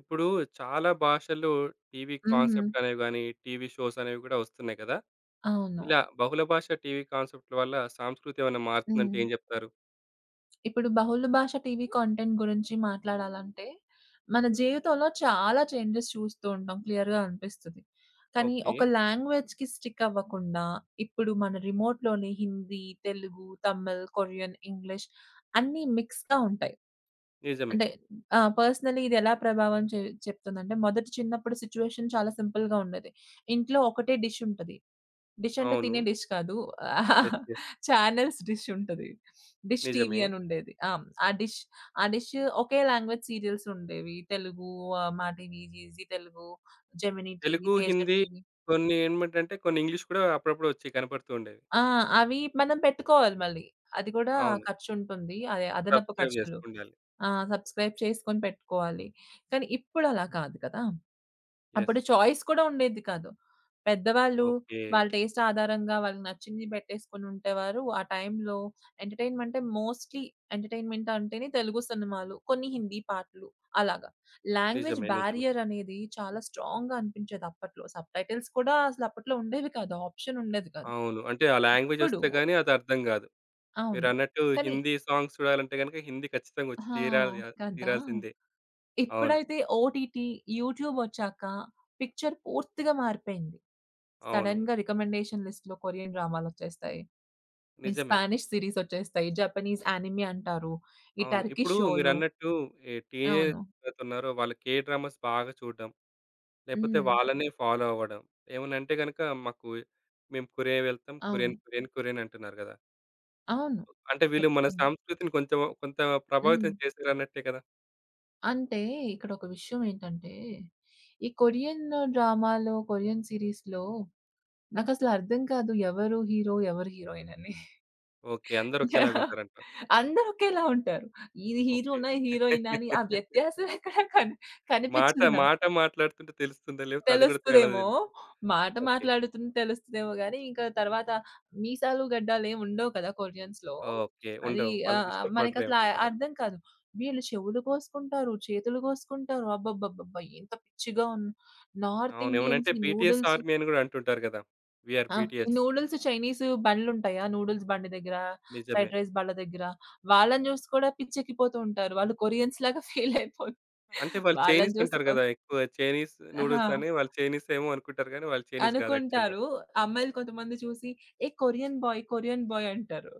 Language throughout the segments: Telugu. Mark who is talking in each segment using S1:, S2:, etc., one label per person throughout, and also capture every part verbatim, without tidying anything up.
S1: ఇప్పుడు చాలా భాషల్లో టీవీ
S2: హ్మ్.
S1: కాన్సెప్ట్ అనేవి గాని, టీవీ షోస్ అనేవి కూడా వస్తున్నాయి కదా!
S2: అవును.
S1: ఇలా బహుళ భాష టీవీ కాన్సెప్ట్‌ల వల్ల సంస్కృతి ఏమైనా మారుతుందంటే
S2: హ్మ్.
S1: ఏం జెప్తారు?
S2: ఇప్పుడు బహుళ భాష టీవీ కంటెంట్ గురించి మాట్లాడాలంటే, మన జీవితంలో చాలా చేంజెస్ చూస్తూ ఉంటాం. క్లియర్‌గా అనిపిస్తది. కానీ
S1: ఓకే.
S2: ఒక లాంగ్వేజ్‌కి స్టిక్ అవ్వకుండా, ఇప్పుడు మన రిమోట్‌లోనే హిందీ, తెలుగు, తమిళ్, కొరియన్, ఇంగ్లీష్ అన్నీ మిక్స్‌గా ఉంటాయి.
S1: నిజమే.
S2: అంటే ఆహ్, పర్సనల్లీ ఇది ఎలా ప్రభావం చే చెప్తుందంటే, మొదట చిన్నప్పుడు సిట్యుయేషన్ చాలా సింపుల్‌గా ఉండేది. ఇంట్లో ఒకటే డిష్ ఉంటది. డిష్ అంటే
S1: అవును.
S2: తినే డిష్ కాదు.
S1: యెస్. యెస్.
S2: చానెల్స్ డిష్ ఉంటది. డిష్ టీవీ
S1: నిజమే.
S2: అని ఉండేది. ఆ! ఆ డిష్ ఆ డిష్ ఒకే లాంగ్వేజ్ సీరియల్స్ ఉండేవి. తెలుగు, ఆహ్, Maa TV, Zee Telugu, Gemini TV,
S1: Telugu,
S2: Teja
S1: Hindi
S2: TV.
S1: కొన్ని ఏమిటంటే కొన్ని ఇంగ్లీష్ కూడా అప్పుడప్పుడు వచ్చి కనపడుతూ ఉండేవి.
S2: ఆ! అవి మనం పెట్టుకోవాలి మళ్ళీ. అది కూడా
S1: అవును.
S2: ఖర్చుంటుంది. అదే అదనపు
S1: సబ్‌స్క్రైబ్
S2: ఖర్చులు.
S1: జేసుకుండాలి.
S2: ఆ! సబ్స్క్రైబ్ చేసుకొని పెట్టుకోవాలి. కానీ ఇప్పుడలా కాదు కదా!
S1: యెస్.
S2: అప్పుడు చాయిస్ కూడా ఉండేది కాదు. పెద్దవాళ్ళు
S1: ఓకే.
S2: వాళ్ళ టేస్ట్ ఆధారంగా వాళ్ళకి నచ్చింది పెట్టేసుకొని ఉంటేవారు. ఆ టైంలో ఎంటర్‌టైన్‌మెంటే మోస్ట్‌లీ ఎంటర్‌టైన్‌మెంట్ అంటేనే తెలుగు సినిమాలు, కొన్ని హిందీ పాటలు అలాగా. లాంగ్వేజ్
S1: నిజమే. నిజమే.
S2: బారియర్ అనేది చాలా స్ట్రాంగ్‌గా అనిపించేది అప్పట్లో. సబ్‌టైటిల్స్ కూడా అసలు అప్పట్లో ఉండేవి కాదు. ఆప్షన్ ఉండేది కాదు.
S1: అవును. అంటే ఆ లాంగ్వేజ్
S2: ఇప్పుడు
S1: వస్తే గాని అది అర్థం గాదు.
S2: అవును.
S1: మీరన్నట్టు
S2: కానీ
S1: హిందీ సాంగ్స్ చూడాలంటే గనుక హిందీ ఖచ్చితంగా వచ్చి
S2: ఆ!
S1: తీరాలి ఆహ్,
S2: కదా!
S1: తీరాల్సిందే. అవును.
S2: ఎప్పుడైతే ఓటీటీ, యూట్యూబ్ ఒచ్చాక పిక్చర్ పూర్తిగా మారిపోయింది.
S1: అవును.
S2: సడెన్‌గా రికమెండేషన్ లిస్ట్‌లో కొరియన్ డ్రామాలొచ్చేస్తాయి. ఈ
S1: నిజమే.
S2: స్పానిష్ సీరీసొచ్చేస్తాయి. జపనీస్ యానిమి అంటారు. ఈ
S1: అవును. ఇప్పుడు
S2: టర్కిష్ షోలు.
S1: మీరన్నట్టు ఈ
S2: అవును.
S1: టీనేజర్స్ ఎవరైతున్నారో వాళ్ళు కే డ్రామాస్ బాగా చూడడం. లేపోతే
S2: హ్మ్.
S1: వాళ్ళనే ఫాలో అవ్వడం. ఏమనంటే గనక మాకు మేము కొరియా వెళ్తాం. కొరియన్,
S2: అవును.
S1: కొరియన్, కొరియన్ అంటున్నారు గదా!
S2: అవును.
S1: అంటే వీళ్ళు మన
S2: ఖచ్చితంగా.
S1: సంస్కృతిని కొంచెం కొంత ప్రభావితం
S2: హ్మ్.
S1: చేశారన్నట్టే కదా!
S2: అంటే ఇక్కడ ఒక విషయం ఏంటంటే, ఈ కొరియన్ డ్రామాలో, కొరియన్ సీరీస్‌లో నాకసలు అర్థం కాదు ఎవరు హీరో? ఎవరు హీరోయిన్ అని.
S1: ఓకే. అందరూ ఒకేలాగుంటారంటావు.
S2: అందరూ ఒకేలా ఉంటారు. ఇది
S1: ఓకే.
S2: హీరోనా? హీరోయినా? అని ఆ వ్యత్యాసం ఎక్కడ కని
S1: మాట,
S2: కనిపించదు నాకు.
S1: మాట మాట్లాడుతుంటే తెలుస్తుందా? లేపోతే అది గూడా తేడా
S2: తెలుస్తదేమో.
S1: తెలుస్తదా?
S2: మాట
S1: ఓకే.
S2: మాట్లాడుతుంది తెలుస్తదేమో గానీ, ఇంకా తర్వాత మీసాలు, గడ్డాలేమి ఉండవు కదా! కొరియన్స్‌లో.
S1: ఓకే.
S2: అది
S1: ఉండవు.
S2: ఆహ్, ఆహ్,
S1: వాళ్ళకిష్టపడరేమో
S2: మనకసల
S1: పెద్దగా.
S2: అర్థం కాదు. వీళ్ళు చెవులు కోసుకుంటారు, చేతులు కోసుకుంటారు. అబ్బబ్బబ్బబ్బా! ఎంత పిచ్చిగా ఉన్ నార్త్
S1: అవును. ఏమనంటే
S2: ఇండియన్స్‌కి
S1: బీటీఎస్
S2: నూడిల్స్
S1: ఆర్మీ అని గూడా అంటుంటారు గదా! వి ఆర్
S2: ఆ!
S1: బీటీఎస్.
S2: నూడిల్స్ చైనీస్ బండ్లుంటాయి. ఆ నూడిల్స్ బండి దగ్గర,
S1: నిజమే.
S2: ఫ్రైడ్ రైస్ బండ్ల దగ్గర వాళ్ళని చూసి కూడా పిచ్చెక్కిపోతూ ఉంటారు. వాళ్ళు కొరియన్స్ లాగా ఫీల్ అయిపోతు
S1: అంటే వాళ్ళు
S2: వాళ్ళని
S1: చైనీస్
S2: చూసి
S1: అంటారు
S2: కొ
S1: గదా! ఎక్కువ చైనీస్ నూడిల్స్
S2: ఆ!
S1: అని వాళ్ళు చైనీస్ ఏమో అనుకుంటారు గానీ, వాళ్ళు చైనీస్ గాదు యాక్చువల్‌గా.
S2: అనుకుంటారు. అమ్మాయిలు కొంతమంది చూసి ఏ కొరియన్ బాయ్, కొరియన్ బాయ్ అంటారు.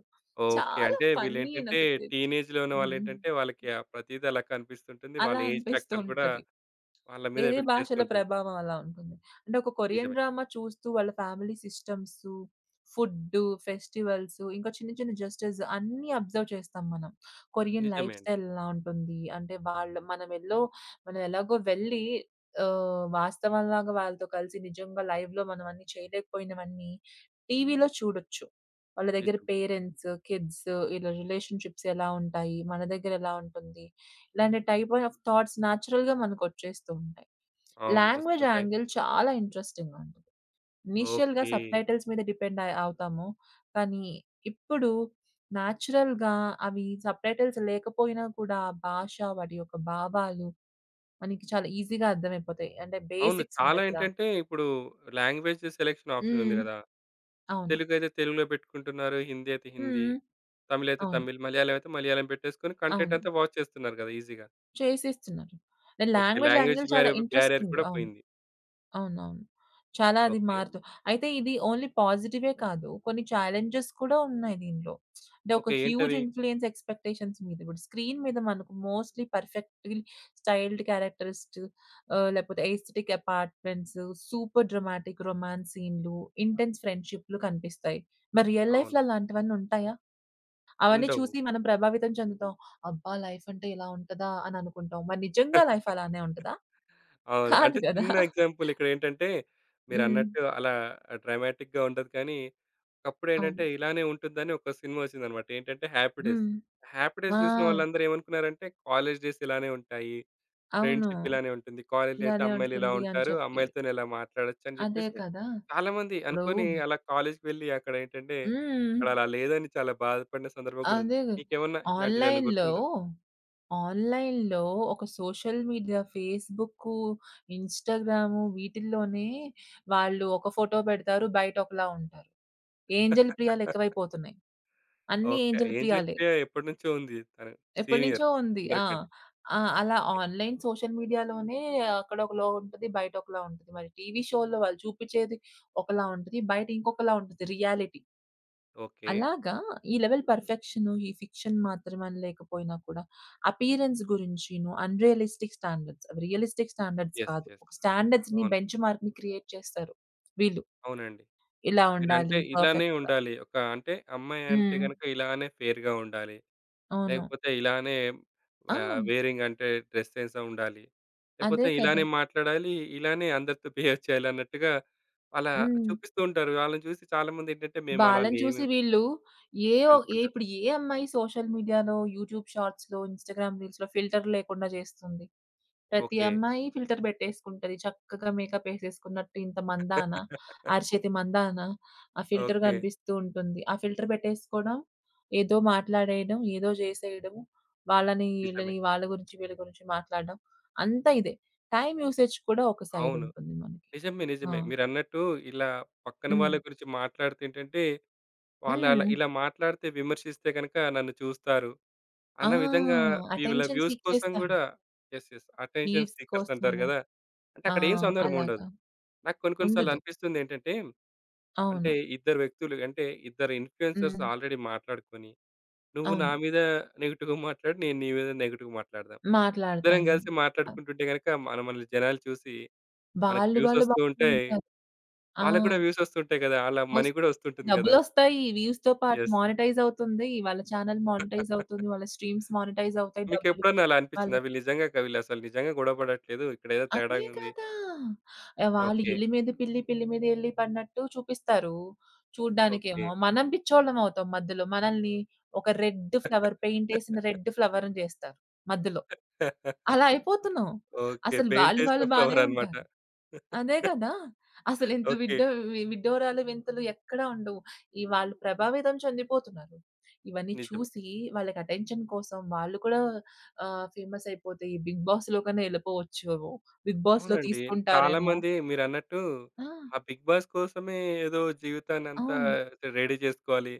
S1: ఓకే.
S2: చాలా
S1: అంటే
S2: ఫన్నీ
S1: వీళ్ళేంటంటే
S2: నాకు తె
S1: టీనేజ్‌లో ఉన్న
S2: హ్మ్.
S1: వాళ్ళేంటంటే వాళ్ళకి ఆ ప్రతీది అలా కనిపిస్తుంటుంది. వాళ్ళ
S2: అలా
S1: ఏజ్
S2: అనిపిస్తూ
S1: ఫ్యాక్టర్ గూడా
S2: ఉంటది.
S1: వాళ్ళ మీద
S2: వేరే
S1: ఎఫెక్ట్
S2: భాషల
S1: చేస్తుంటుంది.
S2: ప్రభావం అలా ఉంటుంది. అంటే ఒక కొరియన్
S1: నిజమే.
S2: డ్రామా చూస్తూ వాళ్ళ ఫ్యామిలీ సిస్టమ్సు, ఫుడ్డు, ఫెస్టివల్సు, ఇంకా చిన్న చిన్న జస్టిస్ అన్నీ అబ్జర్వ్ చేస్తాం మనం. కొరియన్
S1: నిజమే
S2: లైఫ్
S1: అండి.
S2: స్టైల్ ఎలా ఉంటుంది? అంటే వాళ్ళు మనం ఎల్లో మనం ఎలాగో వెళ్లి ఆహ్, వాస్తవంలాగా వాళ్ళతో కలిసి నిజంగా లైవ్‌లో మనం అన్నీ చేయలేకపోయినవన్నీ టీవీలో చూడొచ్చు. వాళ్ళ దగ్గర
S1: నిజమే.
S2: పేరెంట్స్, కిడ్స్ ఇలా రిలేషన్‌షిప్స్ ఎలా ఉంటాయి? మన దగ్గర ఎలా ఉంటుంది? ఇలాంటి టైప్ ఆఫ్ థాట్స్ నేచురల్‌గా మనకొచ్చేస్తూ ఉంటాయి.
S1: అవును.
S2: లాంగ్వేజ్
S1: వస్తుంటాయి.
S2: యాంగిల్ చాలా ఇంట్రెస్టింగ్‌గా ఉంటది. ఇనీషియల్‌గా
S1: ఓకే.
S2: సబ్‌టైటిల్స్ మీద డిపెండ్ అయ్ అవుతాము. కానీ ఇప్పుడు నేచురల్‌గా అవి సబ్‌టైటిల్స్ లేకపోయినా కూడా భాష, వాటి యొక్క భావాలు మనకి చాలా ఈజీగా అర్థమైపోతాయి. అంటే
S1: అవును.
S2: బేసిక్స్
S1: చాలా
S2: ఉంటాయి కదా!
S1: ఏంటంటే ఇప్పుడు లాంగ్వేజ్ సెలక్షన్ ఆప్షన్ ఉంది
S2: హ్మ్.
S1: గదా!
S2: అవును.
S1: తెలుగు అయితే తెలుగులో పెట్టుకుంటున్నారు. హిందీ అయితే హిందీ.
S2: హ్మ్.
S1: తమిళ్ అయితే
S2: అవును.
S1: తమిళ్. మలయాళం అయితే మలయాళం పెట్టేసుకొని కంటెంట్
S2: అవును.
S1: అంతా వాచ్ చేస్తున్నారు కదా! ఈజీగా.
S2: చేసేస్తున్నారు.
S1: ఓకే.
S2: లాంగ్వేజ్
S1: లాంగ్వేజ్
S2: యాంగిల్ చాలా
S1: బ్యారియర్ బ్యారియర్
S2: ఇంట్రెస్టింగ్.
S1: కూడా
S2: అవును.
S1: పోయింది.
S2: అవునవును. చాలా అది
S1: ఓకే.
S2: మారుతూ అయితే ఇది ఓన్లీ పాజిటివే కాదు. కొన్ని ఛాలెంజెస్ కూడా ఉన్నాయి దీనిలో. అంటే ఒక
S1: ఓకే.
S2: హ్యూజ్
S1: ఏంటవి?
S2: ఇన్‌ఫ్లూయన్స్ ఎక్స్‌పెక్టేషన్స్ మీద ఇప్పుడు స్క్రీన్ మీద మనకు మోస్ట్‌లీ పర్ఫెక్ట్‌లీ స్టైల్డ్ క్యారెక్టరిస్ట్ ఆహ్, లేకపోతే aesthetic apartments, super dramatic romance సీన్‌లు, ఇంటెన్స్ ఫ్రెండ్‌షిప్‌లు కనిపిస్తాయి. మరి రియల్
S1: అవును.
S2: లైఫ్‌లో అలాంటివన్నీ ఉంటాయా? అవన్నీ
S1: ఉండవు.
S2: చూసి మనం ప్రభావితం చెందుతాం. అబ్బా! లైఫ్ అంటే ఇలా ఉంటదా అని అనుకుంటాం. మరి నిజంగా లైఫ్ అలానే ఉంటదా?
S1: అవును.
S2: కాదు
S1: అంటే
S2: కదా!
S1: చిన్న ఎగ్జాంపుల్ ఇక్కడేంటంటే
S2: హ్మ్.
S1: మీరన్నట్టు అలా డ్రామాటిక్‌గా ఉండదు కానీ, ఒకప్పుడేంటంటే
S2: అవును.
S1: ఇలానే ఉంటుందని ఒక సినిమా ఒచ్చిందన్నమాట. ఏంటంటే 'హ్యాపీ డేస్.'
S2: హ్మ్.
S1: 'హ్యాపీ
S2: ఆ!
S1: డేస్' చూసిన వాళ్ళందరూ ఏమనుకున్నారంటే కాలేజ్ డేస్ ఇలానే ఉంటాయి.
S2: అవును.
S1: ఫ్రెండ్‌షిప్ ఇలానే ఉంటుంది. కాలేజ్‌లో అయితే
S2: ఇలానే
S1: అమ్మాయిలు ఇలా
S2: ఉంటుంది అని
S1: ఉంటారు.
S2: చెప్పి.
S1: అమ్మాయిలతోని ఇలా మాట్లాడొచ్చు అని
S2: అదే
S1: చెప్పేసి
S2: కదా!
S1: చాలామంది
S2: ఇప్పుడు
S1: అనుకోని అలా కాలేజ్‌కి వెళ్ళి అక్కడ ఏంటంటే
S2: హ్మ్.
S1: అక్కడ అలా లేదని చాలా బాధపడిన సందర్భం గూడా ఉంది.
S2: అదే.
S1: మీకేమన్నా ఇలాంటిదేమన్నా
S2: ఆన్‌లైన్‌లో,
S1: గుర్తుందా?
S2: ఆన్‌లైన్‌లో ఒక సోషల్ మీడియా ఫేస్‌బుక్కు, ఇన్‌స్టాగ్రాము వీటిల్లోనే వాళ్ళు ఒక ఫోటో పెడతారు. బయట ఒకలా ఉంటారు. ఏంజెల్ ప్రియాలు ఎక్కువైపోతున్నాయి. అన్నీ
S1: ఓకే.
S2: ఏంజెల్
S1: ఏంజెల్
S2: ప్రియాలే.
S1: ప్రియా ఎప్పటినుంచో ఉంది. తను సీనియర్
S2: ఎప్పటినుంచో ఉంది. ఆ!
S1: అందరికంటే.
S2: ఆ! అలా
S1: ఓకే.
S2: ఆన్‌లైన్ సోషల్ మీడియాలోనే అక్కడ ఒకలా ఉంటది. బయట ఒకలా ఉంటది. మరి టీవీ షోలో వాళ్ళు చూపిచ్చేది ఒకలా ఉంటది. బయట ఇంకొకలా ఉంటది రియాలిటీ.
S1: ఓకే.
S2: అలాగా ఈ లెవెల్ పర్ఫెక్షన్, ఈ ఫిక్షన్ మాత్రమని లేకపోయినా కూడా అపియరెన్స్ గురించిను అన్‌రియలిస్టిక్ స్టాండర్డ్స్ అవి రియలిస్టిక్ స్టాండర్డ్స్
S1: యెస్.
S2: కాదు.
S1: యెస్.
S2: ఒక స్టాండర్డ్స్‌ని
S1: అవును.
S2: బెంచ్ మార్క్‌ని క్రియేట్ చేస్తారు వీళ్ళు.
S1: అవునండి.
S2: ఇలా
S1: మీరంటే
S2: ఉండాలి
S1: ఇలానే
S2: పర్ఫెక్ట్‌గా.
S1: ఉండాలి. ఒక అంటే అమ్మాయి అంటే
S2: హ్మ్.
S1: గనుక ఇలానే ఫెయిర్‌గా ఉండాలి.
S2: అవును.
S1: లేకపోతే ఇలానే
S2: ఆ!
S1: ఆహ్, వేరింగ్ అంటే డ్రెస్ సెన్స్ ఉండాలి.
S2: అదే
S1: లేకపోతే
S2: కదా!
S1: ఇలానే మాట్లాడాలి, ఇలానే అందరితో బిహేవ్ చేయాలి అన్నట్టుగా అలా
S2: హ్మ్.
S1: చూపిస్తూ ఉంటారు. వాళ్ళని చూసి చాలామంది ఏంటంటే మేము అలా
S2: వాళ్ళని
S1: లేము
S2: చూసి వీళ్ళు ఏ ఒ ఏ
S1: అనుకుంటారు.
S2: ఇప్పుడు ఏ అమ్మాయి సోషల్ మీడియాలో, యూట్యూబ్ షార్ట్స్‌లో, ఇన్‌స్టాగ్రామ్ రీల్స్‌లో ఫిల్టర్ లేకుండా చేస్తుంది? ప్రతి
S1: ఓకే.
S2: అమ్మాయి ఫిల్టర్ పెట్టేసుకుంటది. చక్కగా మేకప్ ఏసేసుకున్నట్టు ఇంత మందాన, అరచేతి మందాన ఆ ఫిల్టర్
S1: ఓకే.
S2: కనిపిస్తూ ఉంటుంది. ఆ ఫిల్టర్ పెట్టేసుకోవడం, ఏదో మాట్లాడేయడం, ఏదో చేసేయడం, వాళ్ళని,
S1: నిజమే.
S2: వీళ్ళని, వాళ్ళ గురించి, వీళ్ళ గురించి మాట్లాడడం అంతా ఇదే. టైమ్ యూసేజ్ కూడా ఒక సైడ్
S1: అవును.
S2: ఉంటుంది మనకి.
S1: నిజమే.
S2: ఆ!
S1: నిజమే. మీరన్నట్టు ఇలా పక్కన
S2: హ్మ్.
S1: వాళ్ళ గురించి మాట్లాడితే ఏంటంటే, వాళ్ళు అలా
S2: హ్మ్.
S1: ఇలా మాట్లాడితే విమర్శిస్తే గనక నన్ను చూస్తారు.
S2: ఆ!
S1: అన్న విధంగా వీళ్ళ
S2: అటెన్షన్
S1: వ్యూస్
S2: సీక్
S1: కోసం
S2: చేస్తారు.
S1: గూడా yes. Yes. Attention
S2: leaves
S1: seekers అంటారు
S2: కోసము.
S1: గదా! అంటే
S2: ఆ!
S1: అక్కడ ఏం సందర్భం ఉండదు.
S2: అలాగా.
S1: నాకు కొన్ని కొన్ని సార్లు
S2: ఉండదు.
S1: అనిపిస్తుందేంటంటే, అంటే
S2: అవును.
S1: ఇద్దరు వ్యక్తులు అంటే ఇద్దరు ఇన్‌ఫ్లుయెన్సర్స్
S2: హ్మ్.
S1: ఆల్రెడీ మాట్లాడుకొని, నువ్వు నా
S2: అవును.
S1: మీద నెగెటివ్‌గా మాట్లాడు. నేను నీ మీద నెగెటివ్‌గా మాట్లాడదాం. ఇద్దరం
S2: మాట్లాడతాను.
S1: గలిసి
S2: ఆహ్,
S1: మాట్లాడుకుంటుంటే గనక మన మనల్ని జనాలు చూసి మనకి
S2: వాళ్ళు
S1: వ్యూస్
S2: వాళ్ళు
S1: వస్తూ ఉంటాయి.
S2: బాగుంటారు. ఆ!
S1: వాళ్ళకి గూడా వ్యూస్ వస్తుంటాయి గదా! ఆళ్ళ మనీ
S2: వస్తు
S1: గూడా వస్తుంటుంది గదా!
S2: డబ్బులొస్తాయి. వ్యూస్‌తో పాటు
S1: యెస్.
S2: మానిటైజ్ అవుతుంది. వాళ్ళ ఛానెల్ మానిటైజ్ అవుతుంది. వాళ్ళ స్ట్రీమ్స్ మానిటైజ్ అవుతాయి. డబ్బులు
S1: మీకెప్పుడన్నా అలా అనిపిచ్చిందా?
S2: వాళ్ళకి.
S1: వీళ్ళు నిజంగా క వీళ్ళసలు నిజంగా గొడవ పడట్లేదు. ఇక్కడేదో
S2: అదే
S1: తేడాగుంది.
S2: కదా! ఆహ్, వాళ్ళు
S1: ఓకే.
S2: ఎలి మీద పిల్లి, పిల్లి మీద ఎలి పడినట్టు చూపిస్తారు.
S1: ఓకే.
S2: చూడ్డానికేమో. మనం పిచ్చోళ్ళం అవుతాం మధ్యలో. మనల్ని ఒక రెడ్ ఫ్లవర్ పెయింట్ ఏసిన రెడ్ ఫ్లవర్‌ని చేస్తారు మధ్యలో. అలా అయిపోతున్నాం.
S1: ఓకే.
S2: అసలు వాళ్ళు
S1: పెయింటేసిన
S2: వాళ్ళు బానే
S1: ఫ్లవరనమాట.
S2: ఉంటారు. అదే కదా! అసలు ఇంత
S1: ఓకే.
S2: విడ్డ వి విడ్డూరాలు వింతలు ఎక్కడా ఉండవు. ఈ వాళ్ళు ప్రభావితం చెందిపోతున్నారు. ఇవన్నీ
S1: నిజమే.
S2: చూసి వాళ్ళకి అటెన్షన్ కోసం వాళ్ళు కూడా ఆహ్, ఫేమస్ అయిపోతే ఈ బిగ్ బాస్‌లో కన్నా ఎళ్ళిపోవచ్చేమో. బిగ్ బాస్‌లో
S1: అవునండి.
S2: తీసుకుంటారేమో.
S1: చాలామంది మీరన్నట్టు
S2: ఆ!
S1: ఆ 'బిగ్ బాస్' కోసమే ఏదో జీవితాన్నంతా
S2: అవును.
S1: రెడీ చేసుకోవాలి.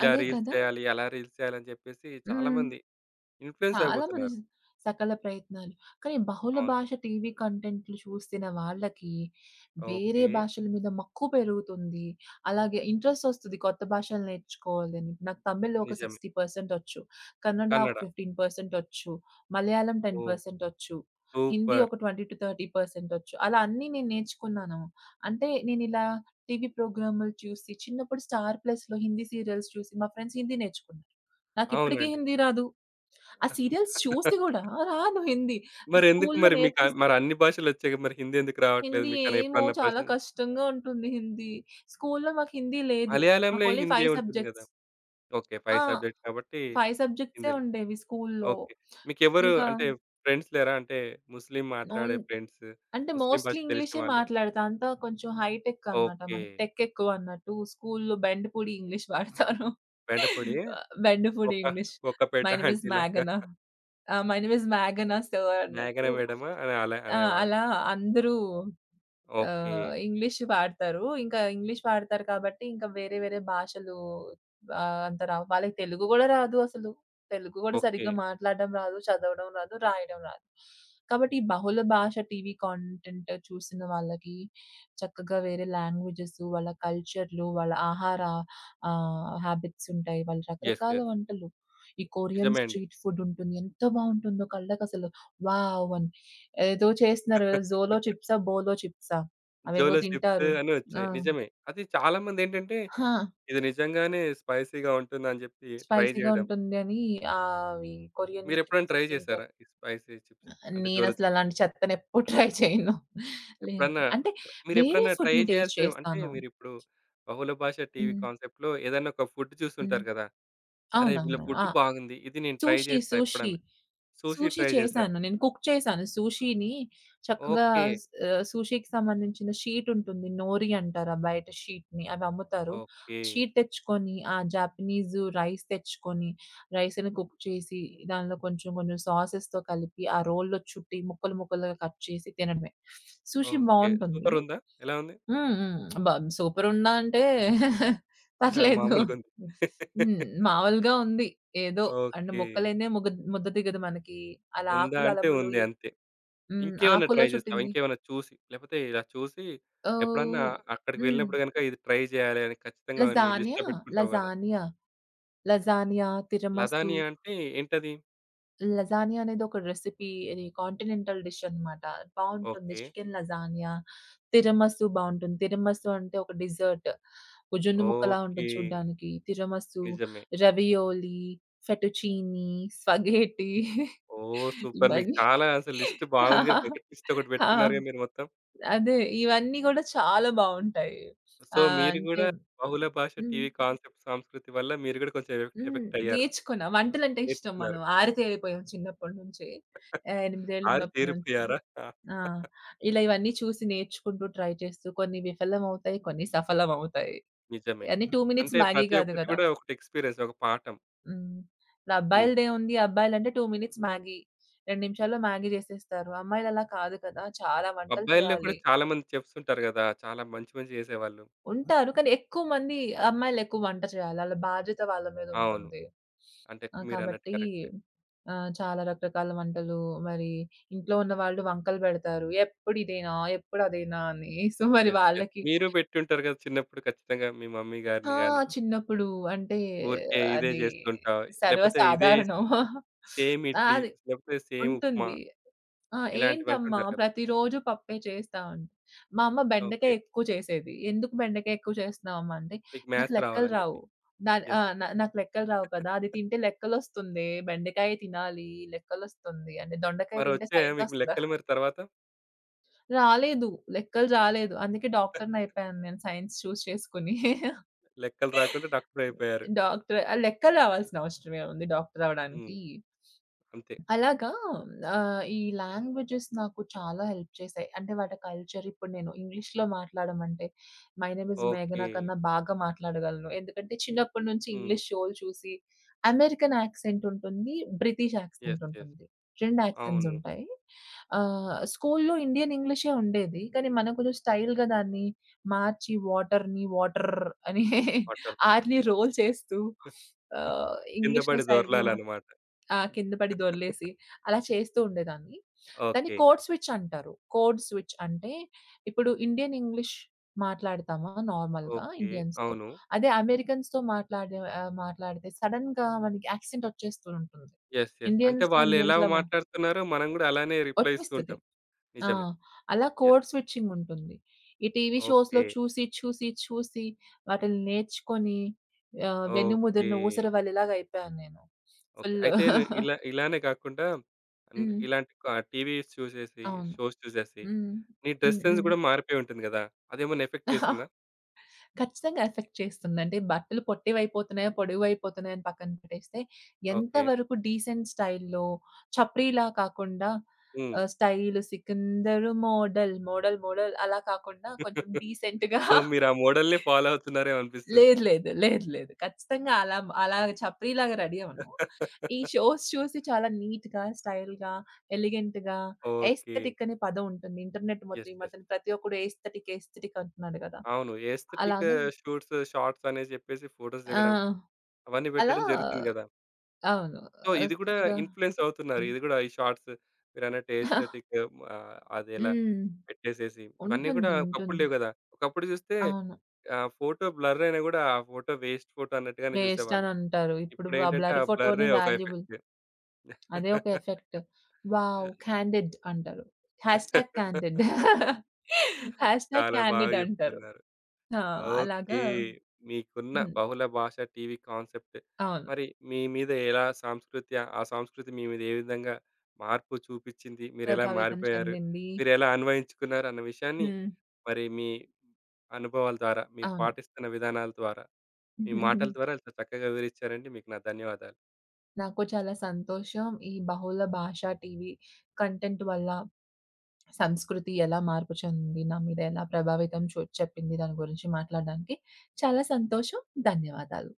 S1: ఇలా
S2: అదే
S1: రీల్స్
S2: కదా!
S1: చేయాలి, అలా రీల్స్ చేయాలని చెప్పేసి
S2: హ్మ్.
S1: చాలామంది ఇన్‌ఫ్లుయెన్స్
S2: చాలా మంది
S1: అయిపోతున్నారు.
S2: స్ సకల ప్రయత్నాలు. కానీ బహుళ
S1: అవును.
S2: భాష టీవీ కంటెంట్లు చూసిన వాళ్ళకి వేరే
S1: ఓకే.
S2: భాషల మీద మక్కువ పెరుగుతుంది. అలాగే ఇంట్రెస్ట్ ఒస్తది కొత్త భాషలు నేర్చుకోవాలని. నాకు తమిళ్ ఒక
S1: నిజమే.
S2: అరవై శాతం ఒచ్చు. కన్నడ ఒక
S1: కన్నడ.
S2: పదిహేను శాతం ఒచ్చు. మలయాళం
S1: ఓహ్!
S2: పది శాతం ఒచ్చు. హిందీ
S1: సూపర్.
S2: ఒక ఇరవై-ముప్ఫై శాతం ఒచ్చు. అలా అన్నీ నేను నేర్చుకున్నాను. అంటే నేనిలా టీవీ ప్రోగ్రాములు చూసి చిన్నప్పుడు 'స్టార్ ప్లస్‌లో' హిందీ సీరియల్స్ చూసి మా ఫ్రెండ్స్ హిందీ నేర్చుకున్నారు. నాకిప్పటికి
S1: అవునండి.
S2: హిందీ రాదు. ఆ సీరియల్స్ చూసి గూడా రాదు హిందీ. ఆ
S1: మరెందుకు
S2: స్కూల్‌లో
S1: మరి మీకు
S2: నేర్పిస్తు
S1: మరి అన్ని భాషలొచ్చాయిగా మరి హిందీ ఎందుకు రావట్లేదు
S2: హిందీ
S1: మీకని
S2: ఏమో
S1: ఎప్పుడన్నా
S2: చాలా
S1: ప్రశ్న
S2: కష్టంగా ఉంటుంది హిందీ. స్కూల్‌లో మాకు హిందీ లేదు.
S1: మలయాళంలో
S2: మాకు ఓన్లీ
S1: హిందీ
S2: ఐదు
S1: ఉంటుంది గదా!
S2: సబ్జెక్ట్స్.
S1: ఓకే.
S2: ఆ!
S1: ఐదు సబ్జెక్ట్ కాబట్టి
S2: ఐదు సబ్జెక్ట్సే
S1: హిందీలో.
S2: ఉండేవి స్కూల్‌లో.
S1: ఓకే. మీకెవరు
S2: ఇంకా
S1: అంటే ఫ్రెండ్స్ లేరా? అంటే ముస్లిం
S2: ఓన్
S1: మాట్లాడే ఫ్రెండ్స్,
S2: అంటే
S1: ముస్లిం భాష
S2: మోస్ట్‌లీ
S1: తెలిసిన
S2: ఇంగ్లీషే
S1: వాళ్ళు.
S2: మాట్లాడతా. అంతా కొంచెం హైటెక్ అనమాట.
S1: ఓకే.
S2: మనకు టెక్ ఎక్కువ అన్నట్టు. స్కూల్‌లో బెండపూడి ఇంగ్లీష్ వాడతారు.
S1: బెండపొడి,
S2: ఆహ్, Bendapudi
S1: కొక్క
S2: English.
S1: కొక్కపేట
S2: my name is
S1: ఆంటీలాగా
S2: మేఘన. ఆహ్, మై నేమ్ ఈస్ మేఘన సర్
S1: మేఘన
S2: అన్నట్టు.
S1: మేడమా అని అలా
S2: ఆ!
S1: అనేవాళ్ళు.
S2: అలా అందరూ
S1: ఓకే.
S2: ఆహ్, ఇంగ్లీష్ వాడతారు. ఇంకా ఇంగ్లీష్ వాడతారు కాబట్టి, ఇంకా వేరే వేరే భాషలు ఆహ్, అంత రావు. వాళ్ళకి తెలుగు గూడా రాదు అసలు. తెలుగు గూడా
S1: ఓకే.
S2: సరిగ్గా మాట్లాడడం రాదు, చదవడం రాదు, రాయడం రాదు. కాబట్టి ఈ బహుళ భాష టీవీ కాంటెంట్ చూసిన వాళ్ళకి చక్కగా వేరే లాంగ్వేజెస్, వాళ్ళ కల్చర్‌లు, వాళ్ళ ఆహార ఆహ్, హాబిట్స్ ఉంటాయి. వాళ్ళ
S1: యెస్.
S2: రకరకాల
S1: యెస్.
S2: వంటలు. ఈ కొరియన్
S1: నిజమే అండి.
S2: స్ట్రీట్ ఫుడ్ ఉంటుంది. ఎంత బావుంటుందో కళ్ళకసలు వావ్! అని. ఏదో చేస్తున్నారు కదా! జోలో చిప్సా? బోలో చిప్సా? అవేవో
S1: జోలో చిప్స్
S2: తింటారు.
S1: అని
S2: ఆ!
S1: వచ్చాయి. నిజమే. అది చాలా మందేంటంటే
S2: ఆ!
S1: ఇది నిజంగానే స్పైసీగా ఉంటుందని జెప్పి ట్రై
S2: స్పైసీగా
S1: జేయడం.
S2: ఉంటుంది అని ఆహ్, అవి కొరియన్
S1: మీరెప్పుడైనా
S2: చిప్స్
S1: ట్రై జేసారా?
S2: తింటారు.
S1: ఈ స్పైసీ చిప్స్ అంటే జోలో
S2: నేనసలు
S1: చిప్స్?
S2: అలాంటి చెత్తనెప్పుడు ట్రై చేయను. లేదు.
S1: ఎప్పుడన్నా
S2: అంటే వేరే
S1: మీరెప్పుడన్నా ట్రై
S2: ఫుడ్‌ని టేస్ట్
S1: చేయాల్సినవి అంటే
S2: చేస్తాను.
S1: మీరిప్పుడు బహుళ భాష టీవీ
S2: హ్మ్.
S1: కాన్సెప్ట్‌లో ఏదైనా ఒక ఫుడ్
S2: హ్మ్.
S1: చూసుంటారు కదా! అరే! వీళ్ళ
S2: అవునవును.
S1: ఫుడ్
S2: ఆ!
S1: బాగుంది. ఇది నేను ట్రై
S2: సుషి,
S1: చేస్తా
S2: సుషి.
S1: ఎప్పుడన్నా. సూషి
S2: సుషి
S1: ట్రై చేశారు.
S2: చేశాను. నేను కుక్ చేశాను. సుషిని చక్కగా
S1: ఓకే.
S2: స్ ఆహ్, సుషికి సంబంధించిన షీట్ ఉంటుంది. నోరి అంటారు ఆ బయట షీట్‌ని. అవి అమ్ముతారు.
S1: ఓకే.
S2: షీట్ తెచ్చుకొని, ఆ జాపనీస్ రైస్ తెచ్చుకొని, రైస్‌ని కుక్ చేసి, దానిలో కొంచెం కొంచెం సాసెస్‌తో కలిపి, ఆ రోల్లో చుట్టి ముక్కలు ముక్కలుగా కట్ చేసి తినడమే. సుషి
S1: ఓకే.
S2: బావుంటుంది.
S1: సూపర్ ఉందా? ఎలా ఉంది?
S2: హ్మ్. హ్మ్. అబ్బా! సూపరుందా అంటే
S1: అహా!
S2: పర్లేదు.
S1: మామూలుగుంది.
S2: హ్మ్. మామూలుగా ఉంది. ఏదో అండ్
S1: ఓకే.
S2: మొక్కలేనిదే మొగ్గ ముద్ద దిగదు మనకి. అలా
S1: ఉందా
S2: ఆకులు
S1: అంటే
S2: అలమలు
S1: ఉంది అంతే.
S2: హ్మ్.
S1: ఇంకేమన్నా ట్రై
S2: ఆకుల్లో
S1: చేస్తావా?
S2: చుట్టింది.
S1: ఇంకేమన్నా చూసి లేకపోతే ఇలా చూసి ఎప్పుడన్నా
S2: ఓహ్!
S1: అక్కడికి
S2: హ్మ్.
S1: వెళ్ళినప్పుడు గనుక ఇది ట్రై చేయాలి అని ఖచ్చితంగా నీ
S2: లజానియా,
S1: లిస్ట్‌లో పెట్టుకుంటావు కదా!
S2: Lasagne, lasagne, తిరమసు.
S1: లదాని అంటే ఏంటది?
S2: లజానియా అనేది ఒక రెసిపీ. ఇది కాంటినెంటల్ డిష్ అన్నమాట. బావుంటుంది.
S1: ఓకే.
S2: చికెన్ లజానియా, తిరమసు బావుంటుంది. తిరమసు అంటే ఒక డిజర్ట్. ఒక జున్ను ముక్కలా
S1: ఓకే.
S2: ఉంటది చూడ్డానికి. తిరమసు,
S1: నిజమే.
S2: రవియోలీ, ఫెటుచీనీ, స్పగేటీ
S1: ఓహ్! సూపర్. మీకు
S2: ఇవన్నీ
S1: చాలా అసలు లిస్ట్ బాగుందిగా.
S2: ఆ!
S1: బకెట్ లిస్ట్ ఒకటి
S2: ఆ!
S1: పెట్టుకున్నారుగా మీరు మొత్తం.
S2: అదే. ఇవన్నీ గూడా చాలా బావుంటాయి.
S1: సో,
S2: ఆహ్,
S1: మీరు
S2: అంటే
S1: గూడా బహుళ భాష
S2: హ్మ్.
S1: టీవీ కాన్సెప్ట్ సంస్కృతి వల్ల మీరు గూడా కొంచెం ఎఫెక్ట్
S2: హ్మ్.
S1: ఎఫెక్ట్ అయ్యారు.
S2: నేర్చుకున్నా. వంటలంటే ఇష్టం
S1: నేర్చుకున్నారు.
S2: మనం. ఆరితేరిపోయాం చిన్నప్పటి నుంచే. ఆహ్, ఎనిమిది ఏళ్ళు
S1: ఆరి
S2: ఉన్నప్పటి నుంచి.
S1: తేరిపోయారా?
S2: ఆ! ఇలా ఇవన్నీ చూసి నేర్చుకుంటూ ట్రై చేస్తూ కొన్ని విఫలమవుతాయి, కొన్ని సఫలమవుతాయి.
S1: నిజమే.
S2: అన్ని రెండు మినిట్స్
S1: అంటే
S2: మ్యాగీ
S1: ప్రతి
S2: కాదు
S1: ఒక్కటి
S2: గదా!
S1: గూడా ఒకటి ఎక్స్‌పీరియన్స్ ఒక పాఠం.
S2: హ్మ్. ఇప్పుడు
S1: హ్మ్.
S2: అబ్బాయిలదేముంది అబ్బాయిలంటే రెండు మినిట్స్ మ్యాగీ. రెండు నిమిషాల్లో మ్యాగీ చేసేస్తారు. అమ్మాయిలలా కాదు కదా! చాలా వంటలు
S1: అబ్బాయిల్లో కూడా
S2: చేయాలి.
S1: చాలా మంది చెఫ్స్ ఉంటారు గదా! చాలా మంచి మంచి చేసేవాళ్ళు.
S2: ఉంటారు. కానీ ఎక్కువ మంది అమ్మాయిలెక్కువ వంట చేయాలి. ఆళ్ళ బాధ్యత వాళ్ళ మీద
S1: అవును.
S2: ఉంటుంది.
S1: అంటే
S2: ఆ!
S1: మీరన్నట్టు
S2: కాబట్టి
S1: కరెక్టే.
S2: ఆహ్, చాలా రకరకాల వంటలు మరి ఇంట్లో ఉన్న వాళ్ళు వంకలు పెడతారు. ఎప్పుడు ఇదేనా? ఎప్పుడు అదేనా? అని. సో, మరి
S1: యెస్. యెస్.
S2: వాళ్ళకి
S1: మీరు పెట్టుంటారు గదా! చిన్నప్పుడు ఖచ్చితంగా మీ మమ్మీ
S2: ఆ!
S1: గారిని గాని
S2: చిన్నప్పుడు అంటే
S1: ఊరికే ఇదే
S2: అది
S1: చేస్తుంటావు. లేపోతే ఇదే
S2: సర్వసాధారణం.
S1: సేమ్
S2: ఆ!
S1: ఇడ్లీ,
S2: అది
S1: లేపోతే సేమ్ ఉప్మా
S2: ఉంటుంది. ఆ!
S1: ఇలాంటివి
S2: ఏంటమ్మా
S1: అంటుంటారు కదా!
S2: ప్రతిరోజు పప్పే చేస్తా అంటే, మా అమ్మ
S1: ఓకే.
S2: బెండకాయ ఎక్కువ చేసేది. ఎందుకు బెండకాయ ఎక్కువ చేస్తున్నావమ్మా అంటే,
S1: మీకు
S2: నాకు
S1: మ్యాథ్స్
S2: లెక్కలు
S1: రావాలని
S2: రావు.
S1: జెప్పి.
S2: దాని
S1: యెస్.
S2: ఆహ్, నా నాకు లెక్కలు రావు కదా! అది తింటే లెక్కలొస్తుంది. బెండకాయ తినాలి లెక్కలొస్తుంది. అంటే దొండకాయ తింటే
S1: మరొచ్చే
S2: సైన్స్
S1: మీకు
S2: వస్తదా?
S1: లెక్కలు మరి తర్వాత?
S2: రాలేదు. లెక్కలు రాలేదు. అందుకే డాక్టర్‌నయిపోయాను నేను సైన్స్ చూజ్ చేసుకొని.
S1: లెక్కలు రాకుండా డాక్టర్ అయిపోయారు.
S2: డాక్టర్ ఆహ్, లెక్కలు రావాల్సిన అవసరం ఏముంది డాక్టర్
S1: హ్మ్.
S2: అవ్వడానికి?
S1: అంతే.
S2: అలాగా ఆహ్, ఈ లాంగ్వేజెస్ నాకు చాలా హెల్ప్ చేశాయి. అంటే వాటి కల్చర్ ఇప్పుడు నేను ఇంగ్లీష్‌లో మాట్లాడమంటే, మై నేమ్ ఈజ్
S1: ఓకే.
S2: మేఘనా కన్నా బాగా మాట్లాడగలను. ఎందుకంటే చిన్నప్పటి నుంచి
S1: హ్మ్.
S2: ఇంగ్లీష్ షోలు చూసి అమెరికన్ యాక్సెంట్ ఉంటుంది. British accent
S1: yes. యెస్.
S2: ఉంటుంది. రెండు యాక్సెంట్స్
S1: అవును.
S2: ఉంటాయి. ఆహ్, స్కూలులో ఇండియన్ ఇంగ్లీషే ఉండేది. కానీ మనం కొంచెం స్టైల్‌గా దాన్ని మార్చి వాటర్‌ని వాటర్ అని
S1: వాటర్.
S2: ఆర్‌ని రోల్ చేస్తూ ఆహ్,
S1: కింద
S2: ఇంగ్లీష్‌లో
S1: పడి
S2: స్టైల్‌గా మా
S1: దొర్లాలన్నమాట.
S2: ఆ! కింద పడి దొర్లేసి అలా చేస్తూ ఉండేదాన్ని. దాన్ని
S1: ఓకే.
S2: కోడ్ స్విచ్ అంటారు. కోడ్ స్విచ్ అంటే ఇప్పుడు ఇండియన్ ఇంగ్లీష్ మాట్లాడతామా నార్మల్‌గా
S1: ఓకే.
S2: ఇండియన్స్‌తో.
S1: అవును.
S2: అదే అమెరికన్స్‌తో మాట్లాడే ఆహ్, మాట్లాడితే సడెన్‌గా మనకి యాక్సెంట్ వచ్చేస్తూ ఉంటుంది.
S1: యెస్. యెస్. అంటే
S2: ఇండియన్స్‌తో
S1: వాళ్ళెలా
S2: ఇండియన్స్‌లా మా
S1: మాట్లాడుతున్నారో మనం గూడా అలానే రిప్లై ఇస్తూ
S2: వచ్చేస్తది.
S1: ఉంటాం.
S2: ఆ!
S1: నిజమే.
S2: అలా
S1: యెస్.
S2: కోడ్ స్విచ్చింగ్ ఉంటుంది. ఈ టీవీ షోస్‌లో
S1: ఓకే.
S2: చూసి, చూసి, చూసి వాటిని నేర్చుకొని ఆహ్,
S1: ఓకే.
S2: వెన్నుముదిరిన ఊసరవల్లిలాగా అయిపోయాను నేను.
S1: ఓకే.
S2: ఫుల్
S1: అయితే ను ఇలా ఇలానే కాకుండా అన్
S2: హ్మ్.
S1: ఇలాంటి క టీవీ చూసేసి,
S2: అవును.
S1: షోస్ చూసేసి
S2: హ్మ్.
S1: నీ డ్రెస్
S2: హ్మ్.
S1: సెన్స్
S2: హ్మ్.
S1: గూడా మారిపోయి ఉంటుంది గదా! అదేమన్నా ఎఫెక్ట్ చేసిందా?
S2: ఖచ్చితంగా ఎఫెక్ట్ చేస్తుందండి. బట్టలు పొట్టివైపోతున్నాయా, పొడవైపోతున్నాయా అని పక్కన పెట్టేస్తే, ఎంత
S1: ఓకే.
S2: వరకు డీసెంట్ స్టైల్‌లో చప్రీలా కాకుండా
S1: హ్మ్.
S2: ఆహ్, స్టైల్ సికిందరు మోడల్, మోడల్, మోడల్ అలా కాకుండా కొంచెం డీసెంట్‌గా
S1: సో, మీరు ఆ మోడల్‌నే ఫాలో అవుతున్నారేమో అనిపిస్తుంది.
S2: లేదు, లేదు, లేదు, లేదు. ఖచ్చితంగా అలా అలా చప్రీలాగా రెడీ అవ్వను. ఈ షోస్ చూసి చాలా నీట్‌గా, స్టైల్‌గా, ఎలిగెంట్‌గా,
S1: ఓకే.
S2: ఎస్థెటిక్ అనే పదం ఉంటుంది. ఇంటర్నెట్ మొత్తం
S1: యెస్.
S2: ఈ
S1: యెస్.
S2: మధ్యన ప్రతి ఒక్కడు ఎస్థెటిక్, ఎస్థెటిక్ అంటున్నాడు కదా!
S1: అవును. ఎస్థెటిక్
S2: అలాగా
S1: షూట్స్, షార్ట్స్ అనేసి జెప్పేసి ఫోటోస్
S2: ఆ!
S1: దిగడం అవన్నీ
S2: అలా
S1: పెట్టడం జరుగుతుంది గదా!
S2: అవును.
S1: సో,
S2: ఆహ్,
S1: ఇది గూడా
S2: చక్కగా
S1: ఇన్‌ఫ్లూయెన్స్ అవుతున్నారు.
S2: హ్మ్.
S1: ఇది గూడా ఈ షార్ట్స్ మీరన్నట్టు ఎస్థెటిక్ ఆహ్, అదెలా
S2: హ్మ్.
S1: పెట్టేసేసి ఇవన్నీ గూడా
S2: ఉంటుంది.
S1: ఒకప్పుడు
S2: ఉంటుంది.
S1: లేవు గదా! ఒకప్పుడు జూస్తే
S2: అవును.
S1: ఆ ఫోటో బ్లర్ అయినా గూడా, ఆ ఫోటో వేస్ట్ ఫోటో అన్నట్టుగానే
S2: వేస్ట్
S1: జూసేవాళ్ళం.
S2: అని అంటారు. ఇప్పుడు ఆ
S1: ఇప్పుడేంటంటే, ఆ
S2: బ్లర్
S1: బ్లర్రే
S2: ఫోటోని
S1: ఒక
S2: వాల్యుబుల్
S1: ఎఫెక్ట్.
S2: అదే ఒక ఎఫెక్ట్. వావ్! క్యాండిడ్ అంటారు. Hashtag candid. హ్యాష్‌ట్యాగ్
S1: చాలా బాగా
S2: క్యాండిడ్ అంటారు.
S1: జెప్తున్నారు.
S2: ఆ! అలాగా
S1: ఓకే. మీకున్న
S2: హ్మ్.
S1: బహుళ భాష టీవీ కాన్సెప్ట్,
S2: అవును.
S1: మరి మీ మీద ఎలా సంస్కృతి ఆ సంస్కృతి మీ మీద ఏ విధంగా మార్పు చూపిచ్చింది? మీరెలా
S2: ప్రభావితం
S1: మారిపోయారు?
S2: చెందింది.
S1: మీరెలా అన్వయించుకున్నారు? అన్న విషయాన్ని,
S2: హ్మ్.
S1: మరి మీ అనుభవాల ద్వారా, మీరు
S2: అవును.
S1: పాటిస్తున్న విధానాల ద్వారా మీ మాటల ద్వారా ఇంత చక్కగా వివరించారండి. మీకు నా ధన్యవాదాలు.
S2: నాకు చాలా సంతోషం. ఈ బహుళ భాషా టీవీ కంటెంట్ వల్ల. సంస్కృతి ఎలా మార్పు చెంది, నా మీద ఎలా ప్రభావితం చూ చెప్పింది దాని గురించి మాట్లాడడానికి చాలా సంతోషం. ధన్యవాదాలు.